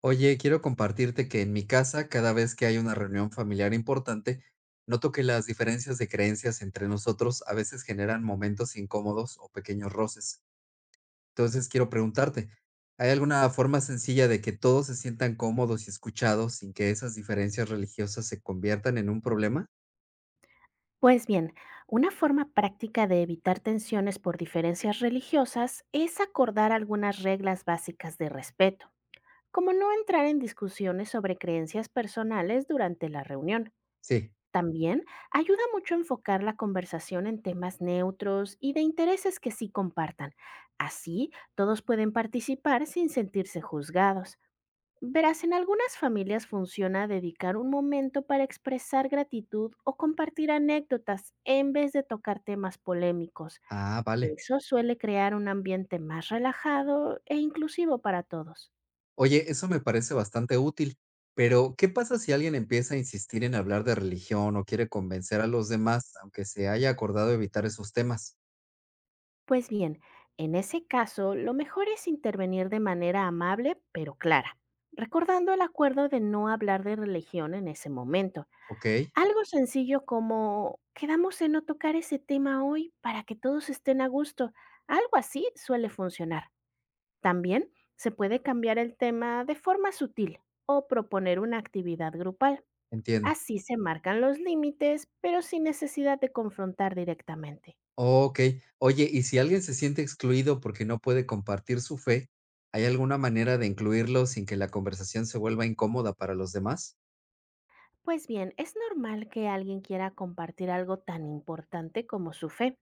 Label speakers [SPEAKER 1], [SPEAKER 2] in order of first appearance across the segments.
[SPEAKER 1] Oye, quiero compartirte que en mi casa, cada vez que hay una reunión familiar importante, noto que las diferencias de creencias entre nosotros a veces generan momentos incómodos o pequeños roces. Entonces, quiero preguntarte, ¿hay alguna forma sencilla de que todos se sientan cómodos y escuchados sin que esas diferencias religiosas se conviertan en un problema?
[SPEAKER 2] Pues bien, una forma práctica de evitar tensiones por diferencias religiosas es acordar algunas reglas básicas de respeto, como no entrar en discusiones sobre creencias personales durante la reunión.
[SPEAKER 1] Sí.
[SPEAKER 2] También ayuda mucho enfocar la conversación en temas neutros y de intereses que sí compartan. Así, todos pueden participar sin sentirse juzgados. Verás, en algunas familias funciona dedicar un momento para expresar gratitud o compartir anécdotas en vez de tocar temas polémicos.
[SPEAKER 1] Ah, vale.
[SPEAKER 2] Eso suele crear un ambiente más relajado e inclusivo para todos.
[SPEAKER 1] Oye, eso me parece bastante útil, pero ¿qué pasa si alguien empieza a insistir en hablar de religión o quiere convencer a los demás, aunque se haya acordado evitar esos temas?
[SPEAKER 2] Pues bien, en ese caso, lo mejor es intervenir de manera amable pero clara, recordando el acuerdo de no hablar de religión en ese momento.
[SPEAKER 1] Ok,
[SPEAKER 2] Algo sencillo como quedamos en no tocar ese tema hoy para que todos estén a gusto. Algo así suele funcionar. También se puede cambiar el tema de forma sutil o proponer una actividad grupal.
[SPEAKER 1] entiendo.
[SPEAKER 2] Así se marcan los límites, pero sin necesidad de confrontar directamente.
[SPEAKER 1] Ok, oye, ¿y si alguien se siente excluido porque no puede compartir su fe, ¿hay alguna manera de incluirlo sin que la conversación se vuelva incómoda para los demás?
[SPEAKER 2] Pues bien, es normal que alguien quiera compartir algo tan importante como su fe,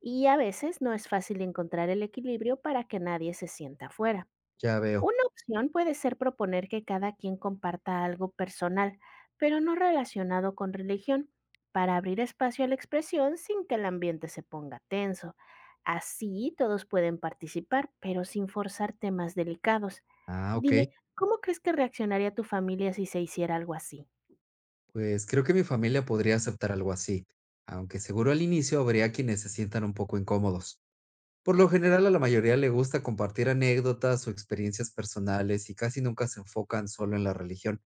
[SPEAKER 2] y a veces no es fácil encontrar el equilibrio para que nadie se sienta fuera.
[SPEAKER 1] Ya veo.
[SPEAKER 2] Una opción puede ser proponer que cada quien comparta algo personal, pero no relacionado con religión, para abrir espacio a la expresión sin que el ambiente se ponga tenso. Así todos pueden participar, pero sin forzar temas delicados.
[SPEAKER 1] Ah, ok,
[SPEAKER 2] Dime, ¿cómo crees que reaccionaría tu familia si se hiciera algo así?
[SPEAKER 1] pues creo que mi familia podría aceptar algo así, aunque seguro al inicio habría quienes se sientan un poco incómodos. Por lo general, a la mayoría le gusta compartir anécdotas o experiencias personales y casi nunca se enfocan solo en la religión.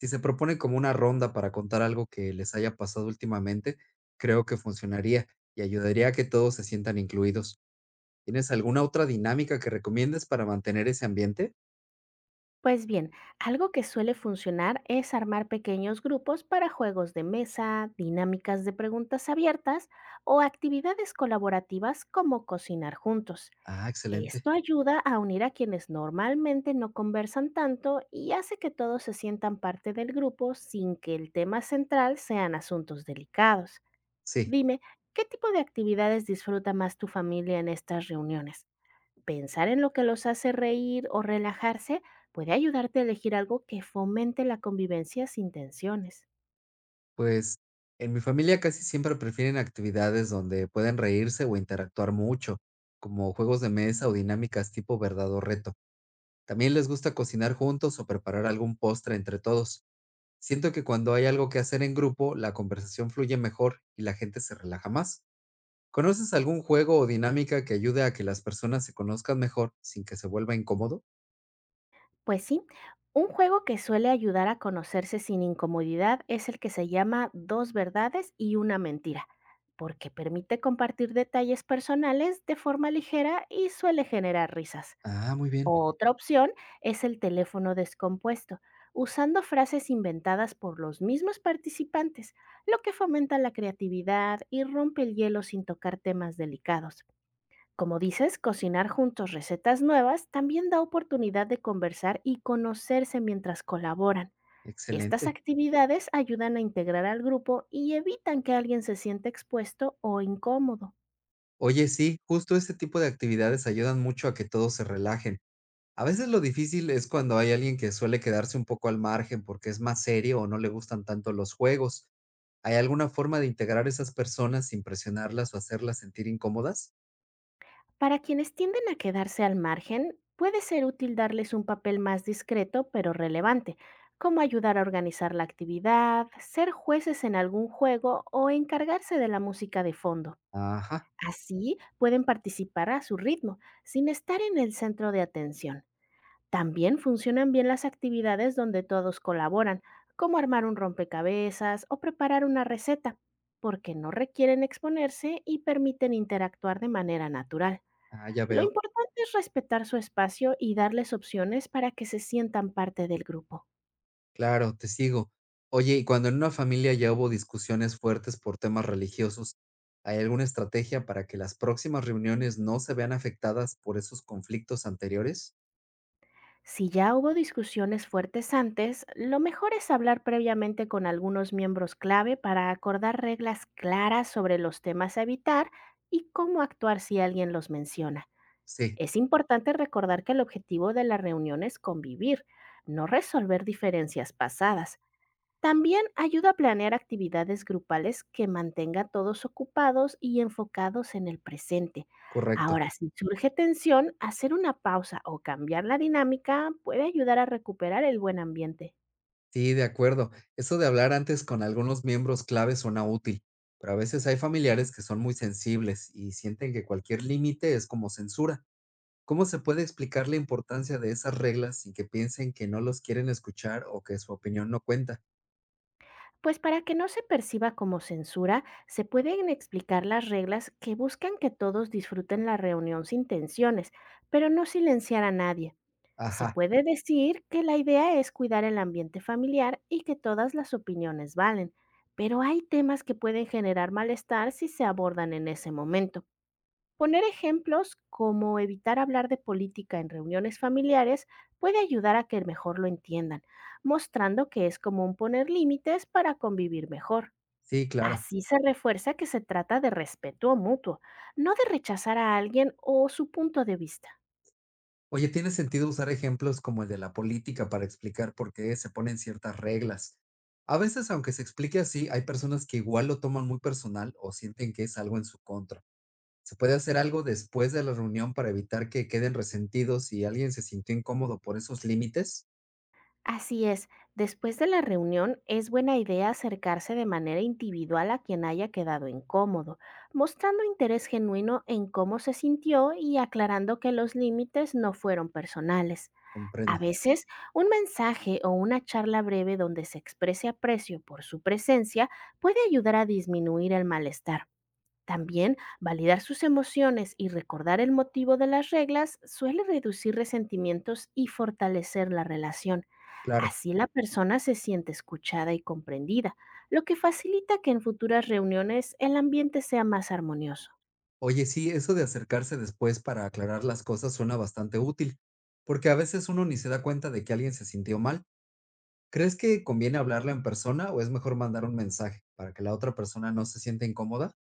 [SPEAKER 1] Si se propone como una ronda para contar algo que les haya pasado últimamente, creo que funcionaría y ayudaría a que todos se sientan incluidos. ¿Tienes alguna otra dinámica que recomiendes para mantener ese ambiente?
[SPEAKER 2] Pues bien, algo que suele funcionar es armar pequeños grupos para juegos de mesa, dinámicas de preguntas abiertas o actividades colaborativas como cocinar juntos.
[SPEAKER 1] Ah, excelente.
[SPEAKER 2] Esto ayuda a unir a quienes normalmente no conversan tanto y hace que todos se sientan parte del grupo sin que el tema central sean asuntos delicados.
[SPEAKER 1] Sí,
[SPEAKER 2] Dime, ¿qué tipo de actividades disfruta más tu familia en estas reuniones? Pensar en lo que los hace reír o relajarse puede ayudarte a elegir algo que fomente la convivencia sin tensiones.
[SPEAKER 1] pues en mi familia casi siempre prefieren actividades donde pueden reírse o interactuar mucho, como juegos de mesa o dinámicas tipo verdad o reto. También les gusta cocinar juntos o preparar algún postre entre todos. Siento que cuando hay algo que hacer en grupo, la conversación fluye mejor y la gente se relaja más. ¿Conoces algún juego o dinámica que ayude a que las personas se conozcan mejor sin que se vuelva incómodo?
[SPEAKER 2] Pues sí, un juego que suele ayudar a conocerse sin incomodidad es el que se llama Dos verdades y una mentira, porque permite compartir detalles personales de forma ligera y suele generar risas.
[SPEAKER 1] Ah, muy bien,
[SPEAKER 2] Otra opción es el teléfono descompuesto, usando frases inventadas por los mismos participantes, lo que fomenta la creatividad y rompe el hielo sin tocar temas delicados. Como dices, cocinar juntos recetas nuevas también da oportunidad de conversar y conocerse mientras colaboran. Estas
[SPEAKER 1] excelente.
[SPEAKER 2] actividades ayudan a integrar al grupo y evitan que alguien se sienta expuesto o incómodo.
[SPEAKER 1] Oye, sí, justo ese tipo de actividades ayudan mucho a que todos se relajen. A veces lo difícil es cuando hay alguien que suele quedarse un poco al margen porque es más serio o no le gustan tanto los juegos. ¿Hay alguna forma de integrar esas personas sin presionarlas o hacerlas sentir incómodas?
[SPEAKER 2] Para quienes tienden a quedarse al margen, puede ser útil darles un papel más discreto pero relevante, como ayudar a organizar la actividad, ser jueces en algún juego o encargarse de la música de fondo.
[SPEAKER 1] Ajá,
[SPEAKER 2] Así pueden participar a su ritmo, sin estar en el centro de atención. También funcionan bien las actividades donde todos colaboran, como armar un rompecabezas o preparar una receta, porque no requieren exponerse y permiten interactuar de manera natural.
[SPEAKER 1] ah, ya
[SPEAKER 2] Lo
[SPEAKER 1] veo.
[SPEAKER 2] importante es respetar su espacio y darles opciones para que se sientan parte del grupo.
[SPEAKER 1] Claro, te sigo. Oye, y cuando en una familia ya hubo discusiones fuertes por temas religiosos, ¿hay alguna estrategia para que las próximas reuniones no se vean afectadas por esos conflictos anteriores?
[SPEAKER 2] Si ya hubo discusiones fuertes antes, lo mejor es hablar previamente con algunos miembros clave para acordar reglas claras sobre los temas a evitar y cómo actuar si alguien los menciona.
[SPEAKER 1] Sí,
[SPEAKER 2] Es importante recordar que el objetivo de la reunión es convivir, no resolver diferencias pasadas. También ayuda a planear actividades grupales que mantenga a todos ocupados y enfocados en el presente.
[SPEAKER 1] correcto.
[SPEAKER 2] Ahora, si surge tensión, hacer una pausa o cambiar la dinámica puede ayudar a recuperar el buen ambiente.
[SPEAKER 1] Sí, de acuerdo. Eso de hablar antes con algunos miembros clave suena útil, pero a veces hay familiares que son muy sensibles y sienten que cualquier límite es como censura. ¿Cómo se puede explicar la importancia de esas reglas sin que piensen que no los quieren escuchar o que su opinión no cuenta?
[SPEAKER 2] Pues para que no se perciba como censura, se pueden explicar las reglas que buscan que todos disfruten la reunión sin tensiones, pero no silenciar a nadie. Se
[SPEAKER 1] Ajá,
[SPEAKER 2] puede decir que la idea es cuidar el ambiente familiar y que todas las opiniones valen, pero hay temas que pueden generar malestar si se abordan en ese momento. Poner ejemplos como evitar hablar de política en reuniones familiares puede ayudar a que mejor lo entiendan, mostrando que es común poner límites para convivir mejor.
[SPEAKER 1] sí, claro.
[SPEAKER 2] Así se refuerza que se trata de respeto mutuo, no de rechazar a alguien o su punto de vista.
[SPEAKER 1] Oye, ¿tiene sentido usar ejemplos como el de la política para explicar por qué se ponen ciertas reglas? A veces, aunque se explique así, hay personas que igual lo toman muy personal o sienten que es algo en su contra. ¿Se puede hacer algo después de la reunión para evitar que queden resentidos si alguien se sintió incómodo por esos límites?
[SPEAKER 2] Así es, después de la reunión es buena idea acercarse de manera individual a quien haya quedado incómodo, mostrando interés genuino en cómo se sintió y aclarando que los límites no fueron personales. A
[SPEAKER 1] Comprendo,
[SPEAKER 2] veces, un mensaje o una charla breve donde se exprese aprecio por su presencia puede ayudar a disminuir el malestar. También validar sus emociones y recordar el motivo de las reglas suele reducir resentimientos y fortalecer la relación.
[SPEAKER 1] claro.
[SPEAKER 2] Así la persona se siente escuchada y comprendida, lo que facilita que en futuras reuniones el ambiente sea más armonioso.
[SPEAKER 1] Oye, sí, eso de acercarse después para aclarar las cosas suena bastante útil, porque a veces uno ni se da cuenta de que alguien se sintió mal. ¿Crees que conviene hablarle en persona o es mejor mandar un mensaje para que la otra persona no se sienta incómoda?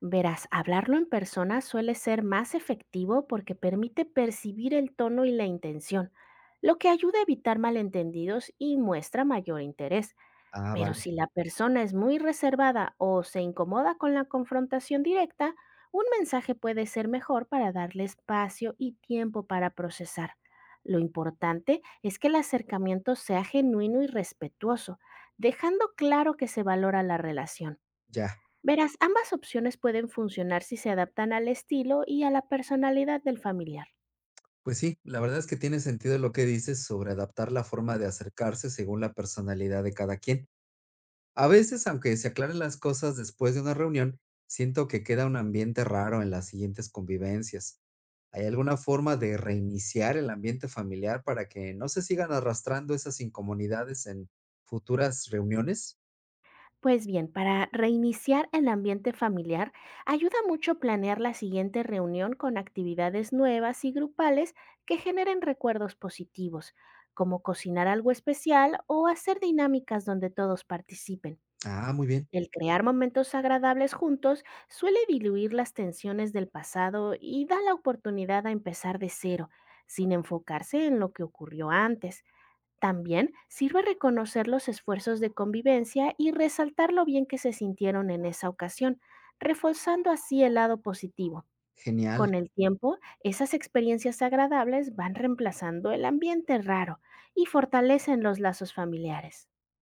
[SPEAKER 2] Verás, hablarlo en persona suele ser más efectivo porque permite percibir el tono y la intención, lo que ayuda a evitar malentendidos y muestra mayor interés.
[SPEAKER 1] Ah,
[SPEAKER 2] Pero
[SPEAKER 1] vale,
[SPEAKER 2] si la persona es muy reservada o se incomoda con la confrontación directa, un mensaje puede ser mejor para darle espacio y tiempo para procesar. Lo importante es que el acercamiento sea genuino y respetuoso, dejando claro que se valora la relación.
[SPEAKER 1] ya.
[SPEAKER 2] Verás, ambas opciones pueden funcionar si se adaptan al estilo y a la personalidad del familiar.
[SPEAKER 1] Pues sí, la verdad es que tiene sentido lo que dices sobre adaptar la forma de acercarse según la personalidad de cada quien. A veces, aunque se aclaren las cosas después de una reunión, siento que queda un ambiente raro en las siguientes convivencias. ¿Hay alguna forma de reiniciar el ambiente familiar para que no se sigan arrastrando esas incomunidades en futuras reuniones?
[SPEAKER 2] Pues bien, para reiniciar el ambiente familiar, ayuda mucho planear la siguiente reunión con actividades nuevas y grupales que generen recuerdos positivos, como cocinar algo especial o hacer dinámicas donde todos participen.
[SPEAKER 1] Ah, muy bien,
[SPEAKER 2] El crear momentos agradables juntos suele diluir las tensiones del pasado y da la oportunidad a empezar de cero, sin enfocarse en lo que ocurrió antes. También sirve reconocer los esfuerzos de convivencia y resaltar lo bien que se sintieron en esa ocasión, reforzando así el lado positivo.
[SPEAKER 1] genial.
[SPEAKER 2] Con el tiempo, esas experiencias agradables van reemplazando el ambiente raro y fortalecen los lazos familiares.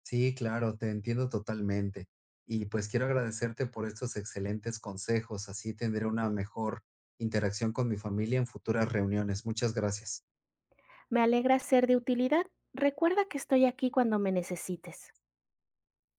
[SPEAKER 1] Sí, claro, te entiendo totalmente. Y pues quiero agradecerte por estos excelentes consejos. Así tendré una mejor interacción con mi familia en futuras reuniones. Muchas gracias.
[SPEAKER 2] Me alegra ser de utilidad. Recuerda que estoy aquí cuando me necesites.